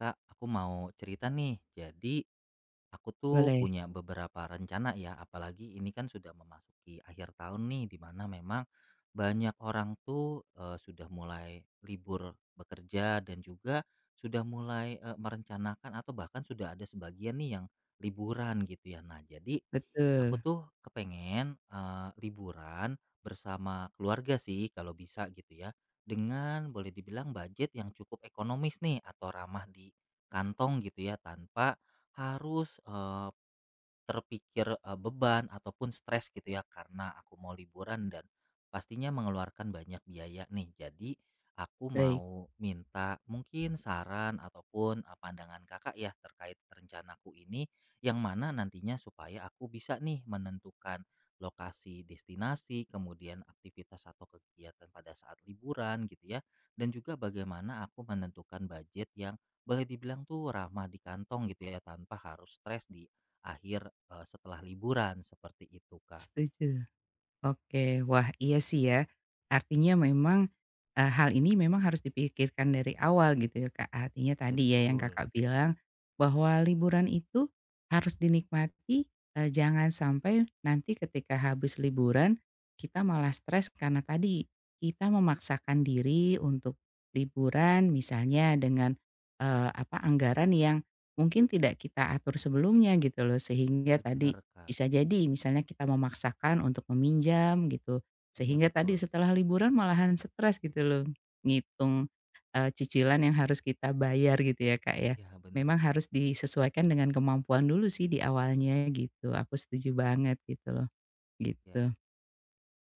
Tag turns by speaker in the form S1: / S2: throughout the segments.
S1: Kak, aku mau cerita nih. Jadi, aku tuh
S2: Boleh,
S1: punya beberapa rencana ya, apalagi ini kan sudah memasuki akhir tahun nih, di mana memang banyak orang tuh sudah mulai libur bekerja dan juga sudah mulai merencanakan atau bahkan sudah ada sebagian nih yang liburan gitu ya. Nah, jadi aku
S2: betul.
S1: tuh kepengen liburan bersama keluarga sih kalau bisa gitu ya, dengan boleh dibilang budget yang cukup ekonomis nih atau ramah di kantong gitu ya, tanpa harus, terpikir, beban ataupun stres gitu ya karena aku mau liburan dan pastinya mengeluarkan banyak biaya nih. Jadi aku
S2: Baik,
S1: mau minta mungkin saran ataupun, pandangan Kakak ya terkait rencanaku ini, yang mana nantinya supaya aku bisa nih menentukan lokasi destinasi, kemudian aktivitas atau kegiatan pada saat liburan gitu ya, dan juga bagaimana aku menentukan budget yang boleh dibilang tuh ramah di kantong gitu ya tanpa harus stres di akhir, setelah liburan seperti itu, Kak.
S2: setuju. Oke, wah iya sih ya. Artinya memang, hal ini memang harus dipikirkan dari awal gitu ya, Kak. Artinya tadi ya yang
S1: Betul,
S2: Kakak bilang, bahwa liburan itu harus dinikmati, jangan sampai nanti ketika habis liburan, kita malah stres karena tadi, kita memaksakan diri untuk liburan misalnya dengan, anggaran yang mungkin tidak kita atur sebelumnya gitu loh. Sehingga tadi
S1: bener, Kak.
S2: bisa jadi misalnya kita memaksakan untuk meminjam gitu,
S1: Iya
S2: sehingga tadi
S1: betul.
S2: setelah liburan malahan stres gitu loh, ngitung, cicilan yang harus kita bayar gitu ya, Kak, ya.
S1: Iya bener
S2: Memang
S1: banget.
S2: harus disesuaikan dengan kemampuan dulu sih di awalnya gitu, aku setuju banget gitu loh,
S1: Ya.
S2: gitu.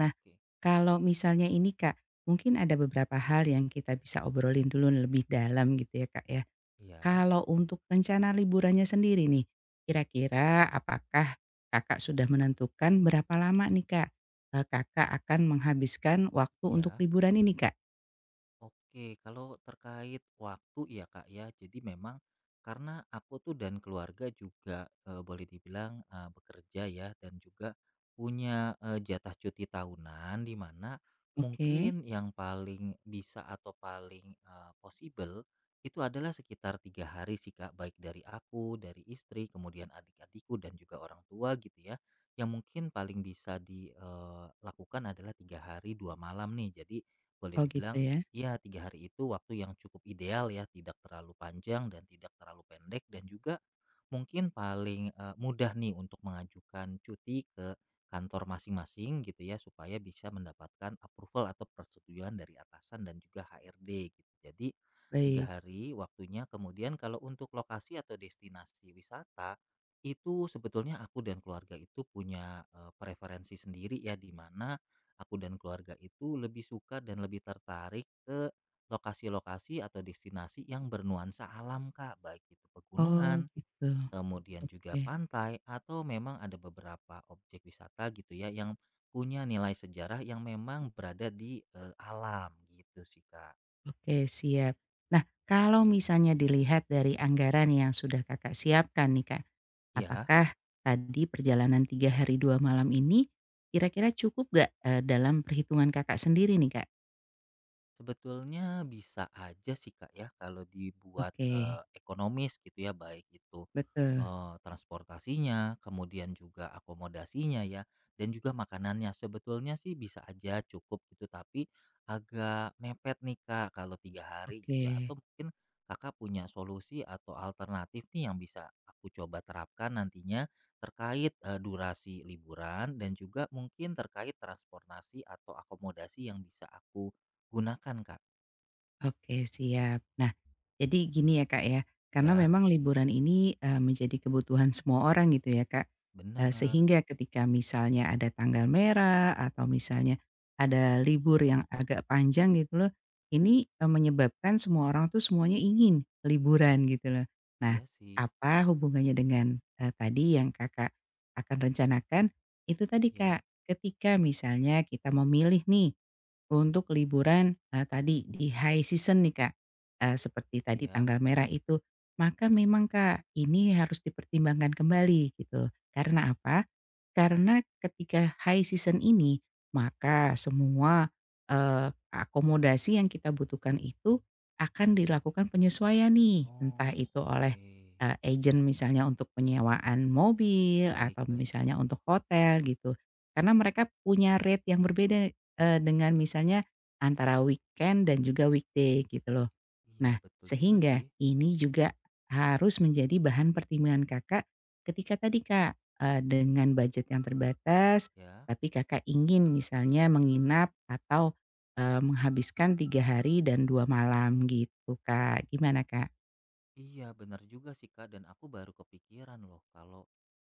S2: Nah,
S1: Oke.
S2: kalau misalnya ini, Kak, mungkin ada beberapa hal yang kita bisa obrolin dulu lebih dalam gitu ya, Kak, ya.
S1: Iya,
S2: Kalau untuk rencana liburannya sendiri nih, kira-kira apakah Kakak sudah menentukan berapa lama nih Kak, Kakak akan menghabiskan waktu untuk
S1: iya.
S2: liburan ini Kak?
S1: Oke, kalau terkait waktu ya Kak ya, jadi memang karena aku tuh dan keluarga juga boleh dibilang bekerja ya dan juga punya jatah cuti tahunan di mana
S2: Oke.
S1: mungkin yang paling bisa atau paling possible itu adalah sekitar tiga hari sih Kak, baik dari aku, dari istri, kemudian adik-adikku dan juga orang tua gitu ya. Yang mungkin paling bisa dilakukan adalah tiga hari dua malam nih. Jadi boleh
S2: Oh gitu
S1: dibilang
S2: ya,
S1: Iya, 3 hari itu waktu yang cukup ideal ya, tidak terlalu panjang dan tidak terlalu pendek dan juga mungkin paling, mudah nih untuk mengajukan cuti ke kantor masing-masing gitu ya, supaya bisa mendapatkan approval atau persetujuan dari atasan dan juga HRD gitu. Jadi 3
S2: baik.
S1: hari waktunya, kemudian kalau untuk lokasi atau destinasi wisata, itu sebetulnya aku dan keluarga itu punya, preferensi sendiri ya, di mana aku dan keluarga itu lebih suka dan lebih tertarik ke lokasi-lokasi atau destinasi yang bernuansa alam Kak, baik itu
S2: Oh
S1: pegunungan,
S2: gitu,
S1: kemudian juga
S2: oke
S1: pantai atau memang ada beberapa objek wisata gitu ya yang punya nilai sejarah yang memang berada di alam gitu sih Kak.
S2: oke siap. Nah kalau misalnya dilihat dari anggaran yang sudah Kakak siapkan nih Kak,
S1: Ya.
S2: apakah tadi perjalanan 3 hari 2 malam ini kira-kira cukup gak dalam perhitungan Kakak sendiri nih Kak?
S1: Sebetulnya bisa aja sih Kak ya kalau dibuat,
S2: Oke.
S1: ekonomis gitu ya baik itu,
S2: Betul,
S1: transportasinya kemudian juga akomodasinya ya dan juga makanannya sebetulnya sih bisa aja cukup gitu tapi agak mepet nih Kak kalau 3 hari
S2: oke
S1: gitu ya atau mungkin Kakak punya solusi atau alternatif nih yang bisa aku coba terapkan nantinya terkait, durasi liburan dan juga mungkin terkait transportasi atau akomodasi yang bisa aku gunakan, Kak.
S2: oke siap. Nah, jadi gini ya Kak ya, karena
S1: Ya,
S2: memang liburan ini, menjadi kebutuhan semua orang gitu ya Kak,
S1: benar.
S2: sehingga ketika misalnya ada tanggal merah atau misalnya ada libur yang agak panjang gitu loh, ini, menyebabkan semua orang tuh semuanya ingin liburan gitu loh. Nah,
S1: Iya sih.
S2: apa hubungannya dengan, tadi yang Kakak akan rencanakan, itu tadi Kak,
S1: Ya,
S2: ketika misalnya kita memilih nih untuk liburan, tadi di high season nih Kak, seperti tadi
S1: iya.
S2: tanggal merah itu, maka memang Kak, ini harus dipertimbangkan kembali gitu. Karena apa? Karena ketika high season ini, maka semua, akomodasi yang kita butuhkan itu akan dilakukan penyesuaian nih, entah
S1: Oh,
S2: itu oleh,
S1: oke.
S2: agen misalnya untuk penyewaan mobil
S1: Baik,
S2: atau
S1: baik.
S2: misalnya untuk hotel gitu. Karena mereka punya rate yang berbeda dengan misalnya antara weekend dan juga weekday gitu loh.
S1: Iya,
S2: Nah,
S1: betul juga sih.
S2: sehingga ini juga harus menjadi bahan pertimbangan Kakak ketika tadi Kak, dengan budget yang terbatas,
S1: Ya.
S2: tapi Kakak ingin misalnya menginap atau, menghabiskan 3 hari dan 2 malam gitu Kak. Gimana Kak?
S1: Iya, benar juga sih, Kak, dan aku baru kepikiran loh kalau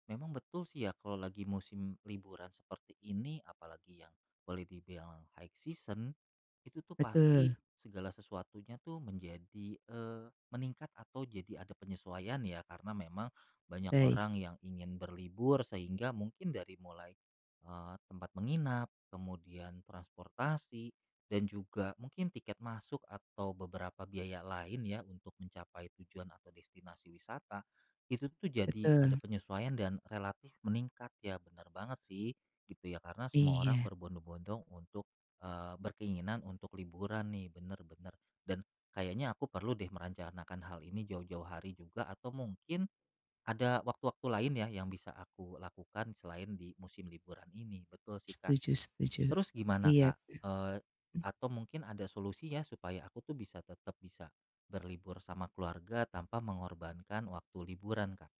S1: memang betul sih ya kalau lagi musim liburan seperti ini apalagi yang boleh dibilang high season itu tuh pasti
S2: Betul,
S1: segala sesuatunya tuh menjadi meningkat atau jadi ada penyesuaian ya karena memang banyak
S2: baik,
S1: orang yang ingin berlibur sehingga mungkin dari mulai tempat menginap, kemudian transportasi dan juga mungkin tiket masuk atau beberapa biaya lain ya untuk mencapai tujuan atau destinasi wisata, itu tuh jadi ada
S2: betul.
S1: penyesuaian dan relatif meningkat ya, benar banget sih gitu ya karena semua orang
S2: Iya,
S1: berbondong-bondong untuk, berkeinginan untuk liburan nih, bener bener. Dan kayaknya aku perlu deh merencanakan hal ini jauh-jauh hari juga atau mungkin ada waktu-waktu lain ya yang bisa aku lakukan selain di musim liburan ini, betul sih, Kak.
S2: setuju setuju.
S1: Terus gimana,
S2: Iya.
S1: Kak? Eee, atau mungkin ada solusi ya supaya aku tuh bisa tetap bisa berlibur sama keluarga tanpa mengorbankan waktu liburan, Kak?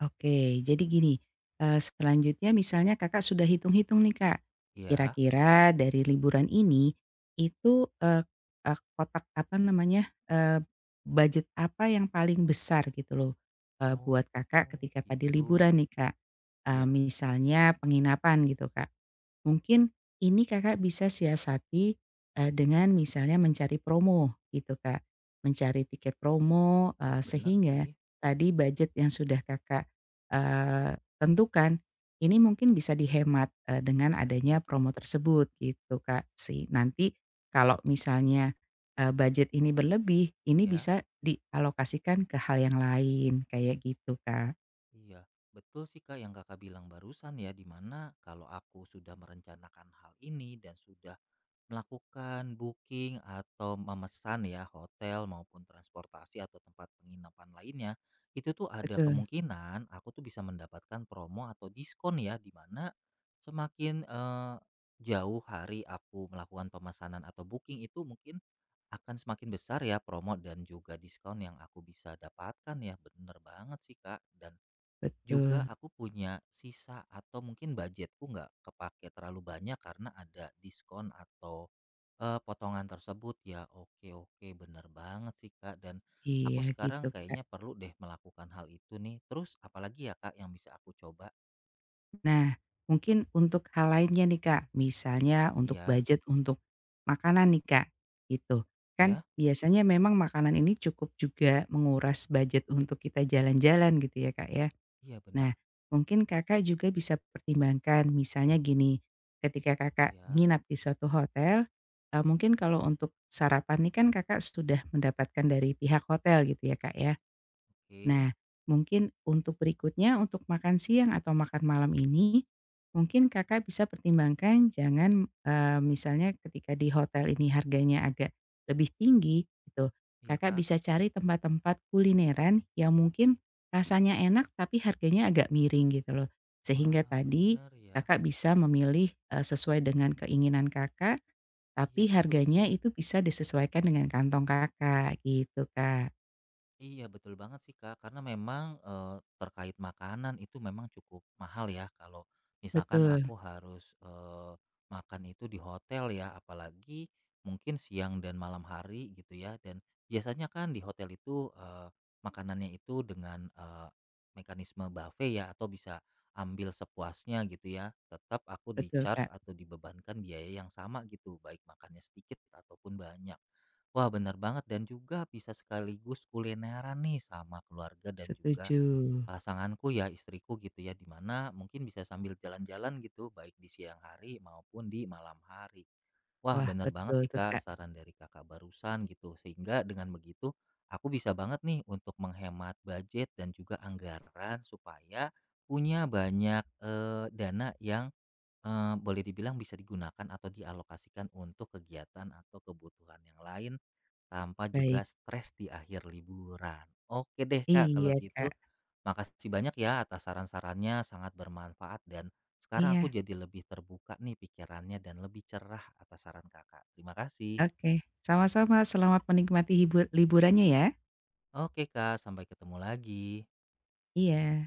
S2: Oke, jadi gini, selanjutnya misalnya Kakak sudah hitung-hitung nih Kak,
S1: Iya.
S2: kira-kira dari liburan ini, itu, eee eee, kotak apa namanya, budget apa yang paling besar gitu loh,
S1: Oh,
S2: buat Kakak
S1: oh,
S2: ketika tadi
S1: gitu.
S2: liburan nih Kak,
S1: Iya.
S2: misalnya penginapan gitu Kak. Mungkin ini Kakak bisa siasati, dengan misalnya mencari promo gitu Kak, mencari tiket promo,
S1: Wah, bener
S2: sehingga
S1: sih.
S2: tadi budget yang sudah Kakak tentukan, ini mungkin bisa dihemat, dengan adanya
S1: Baik.
S2: promo tersebut gitu Kak sih. Nanti kalau misalnya, budget ini berlebih, ini
S1: Ya.
S2: bisa dialokasikan ke hal yang lain, kayak gitu Kak.
S1: Iya. Betul sih, Kak, yang Kakak bilang barusan ya, di mana kalau aku sudah merencanakan hal ini dan sudah melakukan booking atau memesan ya hotel maupun transportasi atau tempat penginapan lainnya, itu tuh ada
S2: Betul
S1: kemungkinan aku tuh bisa mendapatkan promo atau diskon ya di mana semakin jauh hari aku melakukan pemesanan atau booking itu mungkin akan semakin besar ya promo dan juga diskon yang aku bisa dapatkan ya. Bener banget sih Kak dan juga
S2: betul.
S1: aku punya sisa atau mungkin budgetku nggak kepake terlalu banyak karena ada diskon atau, potongan tersebut ya. Oke, oke, bener banget sih, Kak, dan aku
S2: Iya
S1: sekarang
S2: gitu Kak.
S1: kayaknya perlu deh melakukan hal itu nih. Terus apalagi ya, Kak, yang bisa aku coba?
S2: Nah, mungkin untuk hal lainnya nih Kak, misalnya untuk
S1: Iya,
S2: budget untuk makanan nih Kak, gitu. Kan
S1: iya,
S2: biasanya memang makanan ini cukup juga menguras budget untuk kita jalan-jalan gitu ya Kak ya.
S1: iya,
S2: Nah,
S1: bener.
S2: mungkin Kakak juga bisa pertimbangkan misalnya gini, ketika Kakak
S1: Iya,
S2: nginap di suatu hotel, mungkin kalau untuk sarapan nih kan Kakak sudah mendapatkan dari pihak hotel gitu ya, Kak, ya.
S1: oke.
S2: Nah, mungkin untuk berikutnya, untuk makan siang atau makan malam ini, mungkin Kakak bisa pertimbangkan jangan, misalnya ketika di hotel ini harganya agak lebih tinggi gitu,
S1: Iya,
S2: Kakak
S1: Kak.
S2: bisa cari tempat-tempat kulineran yang mungkin rasanya enak tapi harganya agak miring gitu loh. Sehingga
S1: Wah,
S2: tadi
S1: bener ya.
S2: Kakak bisa memilih, sesuai dengan keinginan Kakak,
S1: Iya,
S2: tapi
S1: betul sih.
S2: harganya itu bisa disesuaikan dengan kantong Kakak gitu, Kak.
S1: Iya betul banget sih Kak, karena memang, terkait makanan itu memang cukup mahal ya kalau misalkan
S2: Betul
S1: aku harus, makan itu di hotel ya, apalagi mungkin siang dan malam hari gitu ya, dan biasanya kan di hotel itu, makanannya itu dengan, mekanisme buffet ya atau bisa ambil sepuasnya gitu ya, tetap aku
S2: betul,
S1: di-charge
S2: Kak.
S1: atau dibebankan biaya yang sama gitu, baik makannya sedikit ataupun banyak. Wah, benar banget dan juga bisa sekaligus kulineran nih sama keluarga dan juga
S2: Setuju.
S1: pasanganku ya, istriku gitu ya, di mana mungkin bisa sambil jalan-jalan gitu, baik di siang hari maupun di malam hari. Wah,
S2: Wah,
S1: benar banget
S2: betul
S1: sih
S2: tuh,
S1: Kak,
S2: Kak.
S1: saran dari Kakak barusan gitu. Sehingga dengan begitu aku bisa banget nih untuk menghemat budget dan juga anggaran supaya punya banyak dana yang boleh dibilang bisa digunakan atau dialokasikan untuk kegiatan atau kebutuhan yang lain tanpa juga
S2: Baik.
S1: stres di akhir liburan. Oke deh Kak, kalau
S2: Iya,
S1: gitu
S2: Kak.
S1: makasih banyak ya atas saran-sarannya sangat bermanfaat dan sekarang aku
S2: Iya,
S1: jadi lebih terbuka nih pikirannya dan lebih cerah atas saran Kakak. Terima kasih.
S2: oke. Sama-sama, selamat menikmati hibu liburannya ya.
S1: Oke Kak, sampai ketemu lagi.
S2: Iya.